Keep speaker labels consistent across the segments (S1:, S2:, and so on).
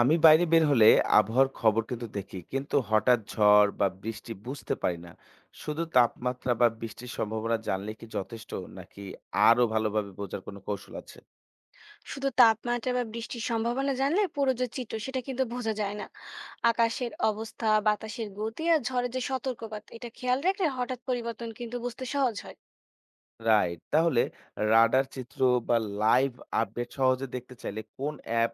S1: আমি বাইরে বের হলে আবহাওয়ার খবর কিন্তু দেখি, কিন্তু হঠাৎ ঝড় বা বৃষ্টি বুঝতে পারি না। শুধু তাপমাত্রা বা বৃষ্টির সম্ভাবনা জানলে কি যথেষ্ট, নাকি আরো ভালোভাবে বোঝার কোনো কৌশল আছে?
S2: শুধু তাপমাত্রা বা বৃষ্টির সম্ভাবনা জানলে পুরো যে চিত্র সেটা কিন্তু বোঝা যায় না। আকাশের অবস্থা, বাতাসের গতি আর ঝড়ের যে সতর্কবার্তা এটা খেয়াল রাখলে হঠাৎ পরিবর্তন কিন্তু বুঝতে সহজ হয়।
S1: রাইট, তাহলে রাডার চিত্র বা লাইভ আপডেট সহজে দেখতে চাইলে কোন অ্যাপ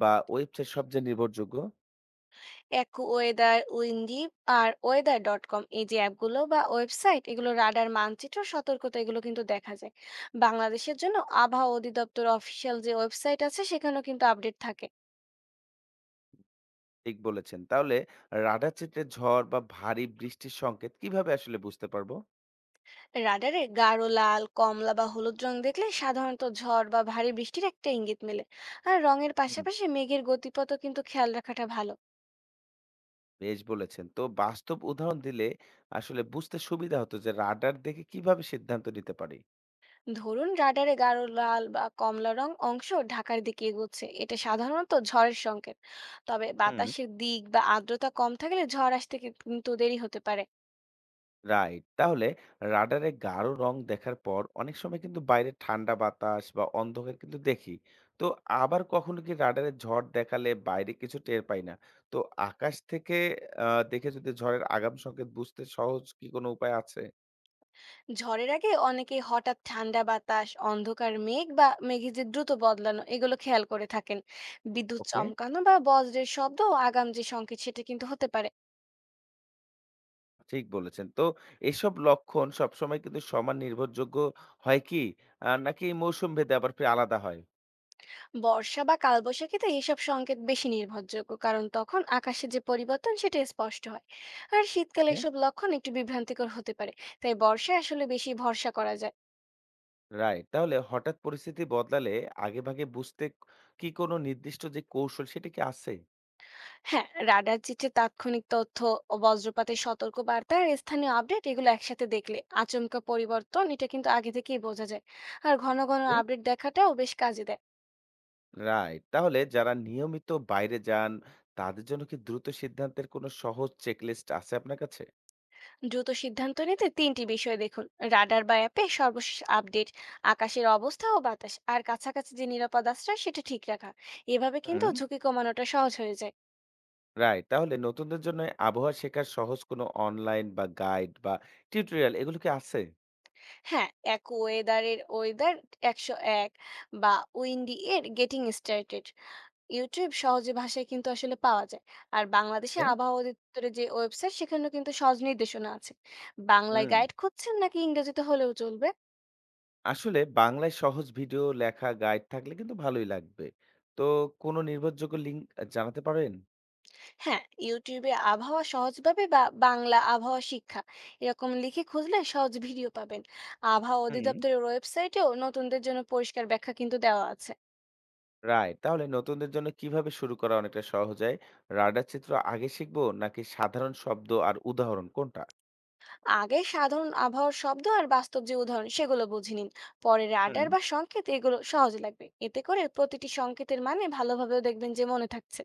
S1: বা ওয়েবসাইট সবচেয়ে নির্ভরযোগ্য?
S2: একু ওয়েদার, উইন্ডিপ আর ওয়েদার ডট কম, এই যে অ্যাপগুলো বা ওয়েবসাইট, এগুলো রাডার মানচিত্র সতর্কতা এগুলো কিন্তু দেখা যায়। বাংলাদেশের জন্য আবহাওয়া অধিদপ্তর অফিসিয়াল যে ওয়েবসাইট আছে সেখানেও কিন্তু আপডেট থাকে।
S1: ঠিক বলেছেন। তাহলে রাডার চিত্রে ঝড় বা ভারী বৃষ্টির সংকেত কিভাবে আসলে বুঝতে পারবো?
S2: রাডারে গাঢ় লাল, কমলা বা হলুদ রং দেখলে সাধারণত ঝড় বা ভারী বৃষ্টির একটা ইঙ্গিত মেলে। আর রঙের
S1: হুম,
S2: পাশাপাশি মেঘের গতিপথও কিন্তু খেয়াল রাখাটা ভালো।
S1: বেশ বলেছেন। তো বাস্তব উদাহরণ দিলে আসলে বুঝতে সুবিধা হতো যে রাডার দেখে কিভাবে সিদ্ধান্ত নিতে পারি।
S2: ধরুন, রাডারে গাঢ় লাল বা কমলা রং অংশ ঢাকার দিকে এগোচ্ছে, এটা সাধারণত ঝড়ের সংকেত। তবে
S1: হুম।
S2: বাতাসের দিক বা আর্দ্রতা কম থাকলে ঝড় আসতে কিন্তু দেরি হতে পারে।
S1: রাইট। তাহলে রাডারে গাঢ় রং দেখার পর অনেক সময় কিন্তু বাইরে ঠান্ডা বাতাস বা অন্ধকার কিন্তু দেখি। তো আবার কখনো কি রাডারে ঝড় দেখালে বাইরে কিছু টের পাই না। তো আকাশ থেকে আ দেখে যদি ঝড়ের আগাম সংকেত বুঝতে সহজ কি কোনো উপায় আছে?
S2: ঝড়ের আগে অনেকে হঠাৎ ঠান্ডা বাতাস, অন্ধকার মেঘ বা মেঘে যে দ্রুত বদলানো, এগুলো খেয়াল করে থাকেন। বিদ্যুৎ
S1: ওকে।
S2: চমকানো বা বজ্রের শব্দ ও আগাম যে সংকেত, সেটা কিন্তু হতে পারে।
S1: ঠিক বলেছেন। তো এসব লক্ষণ সবসময় কিন্তু সমান নির্ভরযোগ্য হয় কি? নাকি মৌসুম ভেদে আবার ফির আলাদা হয়?
S2: বর্ষা বা কালবৈশাখীতে এইসব সংকেত বেশি নির্ভরযোগ্য, কারণ তখন আকাশে যে পরিবর্তন সেটা স্পষ্ট হয়। আর শীতকালে
S1: ওকে।
S2: এসব লক্ষণ একটু বিভ্রান্তিকর হতে পারে। তাই বর্ষায় আসলে বেশি ভরসা করা যায় না।
S1: রাইট। তাহলে হঠাৎ পরিস্থিতি বদলালে আগেভাগে বুঝতে কি কোনো নির্দিষ্ট যে কৌশল সেটা কি আছে?
S2: হ্যাঁ, রাডার চিত্রে তাৎক্ষণিক তথ্য ও বজ্রপাতের সতর্কবার্তা আর স্থানীয় আপডেট, এগুলো একসাথে দেখলে আচমকা পরিবর্তন এটা কিন্তু আগে থেকেই বোঝা যায়। আর ঘন ঘন
S1: জি।
S2: আপডেট দেখাটাও বেশ কাজে দেয়।
S1: রাইট। তাহলে যারা নিয়মিত বাইরে যান তাদের জন্য কি দ্রুত সিদ্ধান্তের কোনো সহজ চেকলিস্ট আছে আপনার কাছে?
S2: দ্রুত সিদ্ধান্ত নিতে তিনটি বিষয় দেখুন: রাডার বা অ্যাপে সর্বশেষ আপডেট, আকাশের অবস্থা ও বাতাস, আর কাছাকাছি যে নিরাপদ আশ্রয় সেটা ঠিক রাখা। এভাবে কিন্তু
S1: হুম।
S2: ঝুঁকি কমানোটা সহজ হয়ে যায়।
S1: রাইট। তাহলে নতুনদের জন্য আবহাওয়া শেখার সহজ কোনো অনলাইন বা গাইড বা টিউটোরিয়াল এগুলো কি আছে?
S2: হ্যাঁ, এক ওয়েদারের ওয়েদার 101 বা উইন্ডি এর গেটিং স্টার্টেড, ইউটিউব সহজে ভাষায় কিন্তু আসলে পাওয়া যায়। আর বাংলাদেশে
S1: জি।
S2: আবহাওয়া অধিদপ্তরের যে ওয়েবসাইট সেখানেও কিন্তু সহজ নির্দেশনা আছে। বাংলায়
S1: হুম।
S2: গাইড খুঁজছেন, নাকি ইংরেজিতে হলেও চলবে?
S1: আসলে বাংলায় সহজ ভিডিও, লেখা গাইড থাকলে কিন্তু ভালোই লাগবে। তো কোনো নির্ভরযোগ্য লিঙ্ক জানাতে পারেন?
S2: হ্যাঁ, ইউটিউবে আবহাওয়া সহজভাবে বা বাংলা আবহাওয়া শিক্ষা, এরকম লিখে খুঁজলে সহজ ভিডিও পাবেন। আবহাওয়া
S1: হুম।
S2: অধিদপ্তরের ওয়েবসাইটেও নতুনদের জন্য পরিষ্কার ব্যাখ্যা কিন্তু দেওয়া আছে।
S1: রাইট। তাহলে নতুনদের জন্য কিভাবে শুরু করা অনেকটা সহজ হয়? রাডার চিত্র আগে শিখবো, নাকি সাধারণ শব্দ আর উদাহরণ, কোনটা?
S2: আগে সাধারণ আবহাওয়ার শব্দ আর বাস্তব যে উদাহরণ সেগুলো বুঝে নিন, পরে
S1: হুম।
S2: রাডার বা সংকেত এগুলো সহজ লাগবে। এতে করে প্রতিটি সংকেতের মানে ভালোভাবেও দেখবেন যে মনে থাকছে।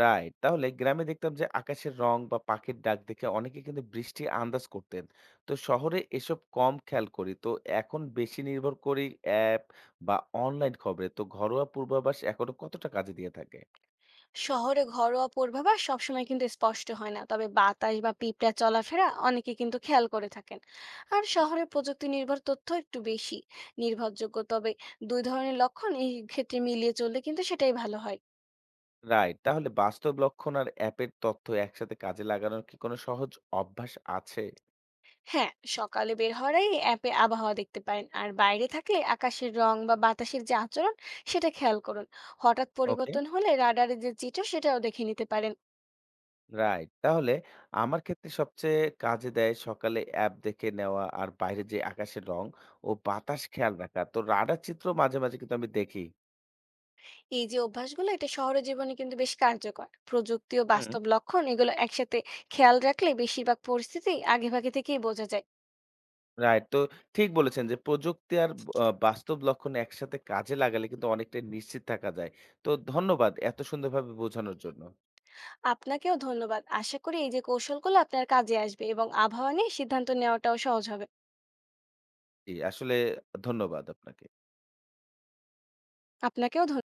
S1: রাইট। তাহলে গ্রামে দেখতাম যে আকাশের রং বা পাখির ডাক দেখে অনেকে কিন্তু বৃষ্টি আন্দাজ করতেন। তো শহরে এসব কম খেয়াল করি। তো এখন বেশি নির্ভর করি অ্যাপ বা অনলাইন খবরে। তো ঘরোয়া পূর্বাভাস এখনো কতটা কাজে দিয়ে থাকে?
S2: শহরে ঘরোয়া পূর্বাভাস সবসময় কিন্তু স্পষ্ট হয় না, তবে বাতাস বা পিঁপড়া চলাফেরা অনেকে কিন্তু খেয়াল করে থাকেন। আর শহরে প্রযুক্তি নির্ভর তথ্য একটু বেশি নির্ভরযোগ্য, তবে দুই ধরনের লক্ষণ এই ক্ষেত্রে মিলিয়ে চললে কিন্তু সেটাই ভালো হয়।
S1: রাইট। তাহলে বাস্তব লক্ষণ আর অ্যাপের তথ্য একসাথে কাজে লাগানোর কি কোনো সহজ অভ্যাস আছে?
S2: হ্যাঁ, সকালে বের হওয়ার আগে অ্যাপে আবহাওয়া দেখতে পারেন, আর বাইরে থাকলে আকাশের রং বা বাতাসের যে আচরণ সেটা খেয়াল করুন। হঠাৎ
S1: ওকে।
S2: পরিবর্তন হলে রাডারের যে চিত্র সেটাও দেখে নিতে পারেন।
S1: রাইট। তাহলে আমার ক্ষেত্রে সবচেয়ে কাজে দেয় সকালে অ্যাপ দেখে নেওয়া আর বাইরে যে আকাশের রং ও বাতাস খেয়াল রাখা। তো রাডার চিত্র মাঝে, মাঝে কিন্তু আমি দেখি।
S2: এই যে অভ্যাসগুলো এটা শহরের জীবনে কিন্তু বেশ কার্যকর। প্রযুক্তি ও
S1: হুম।
S2: বাস্তব লক্ষণ এগুলো একসাথে খেয়াল রাখলে বেশিরভাগ পরিস্থিতি আগেভাগে থেকেই বোঝা যায়।
S1: রাইট। তো ঠিক বলেছেন যে প্রযুক্তি আর বাস্তব লক্ষণ একসাথে কাজে লাগালে কিন্তু অনেকটাই নিশ্চিত থাকা যায়। তো ধন্যবাদ এত সুন্দরভাবে বোঝানোর জন্য।
S2: আপনাকেও ধন্যবাদ। আশা করি এই যে কৌশলগুলো আপনার কাজে আসবে এবং আবহাওয়া নিয়ে সিদ্ধান্ত নেওয়াটাও সহজ হবে।
S1: জি, আসলে ধন্যবাদ আপনাকে।
S2: আপনাকেও ধন্যবাদ।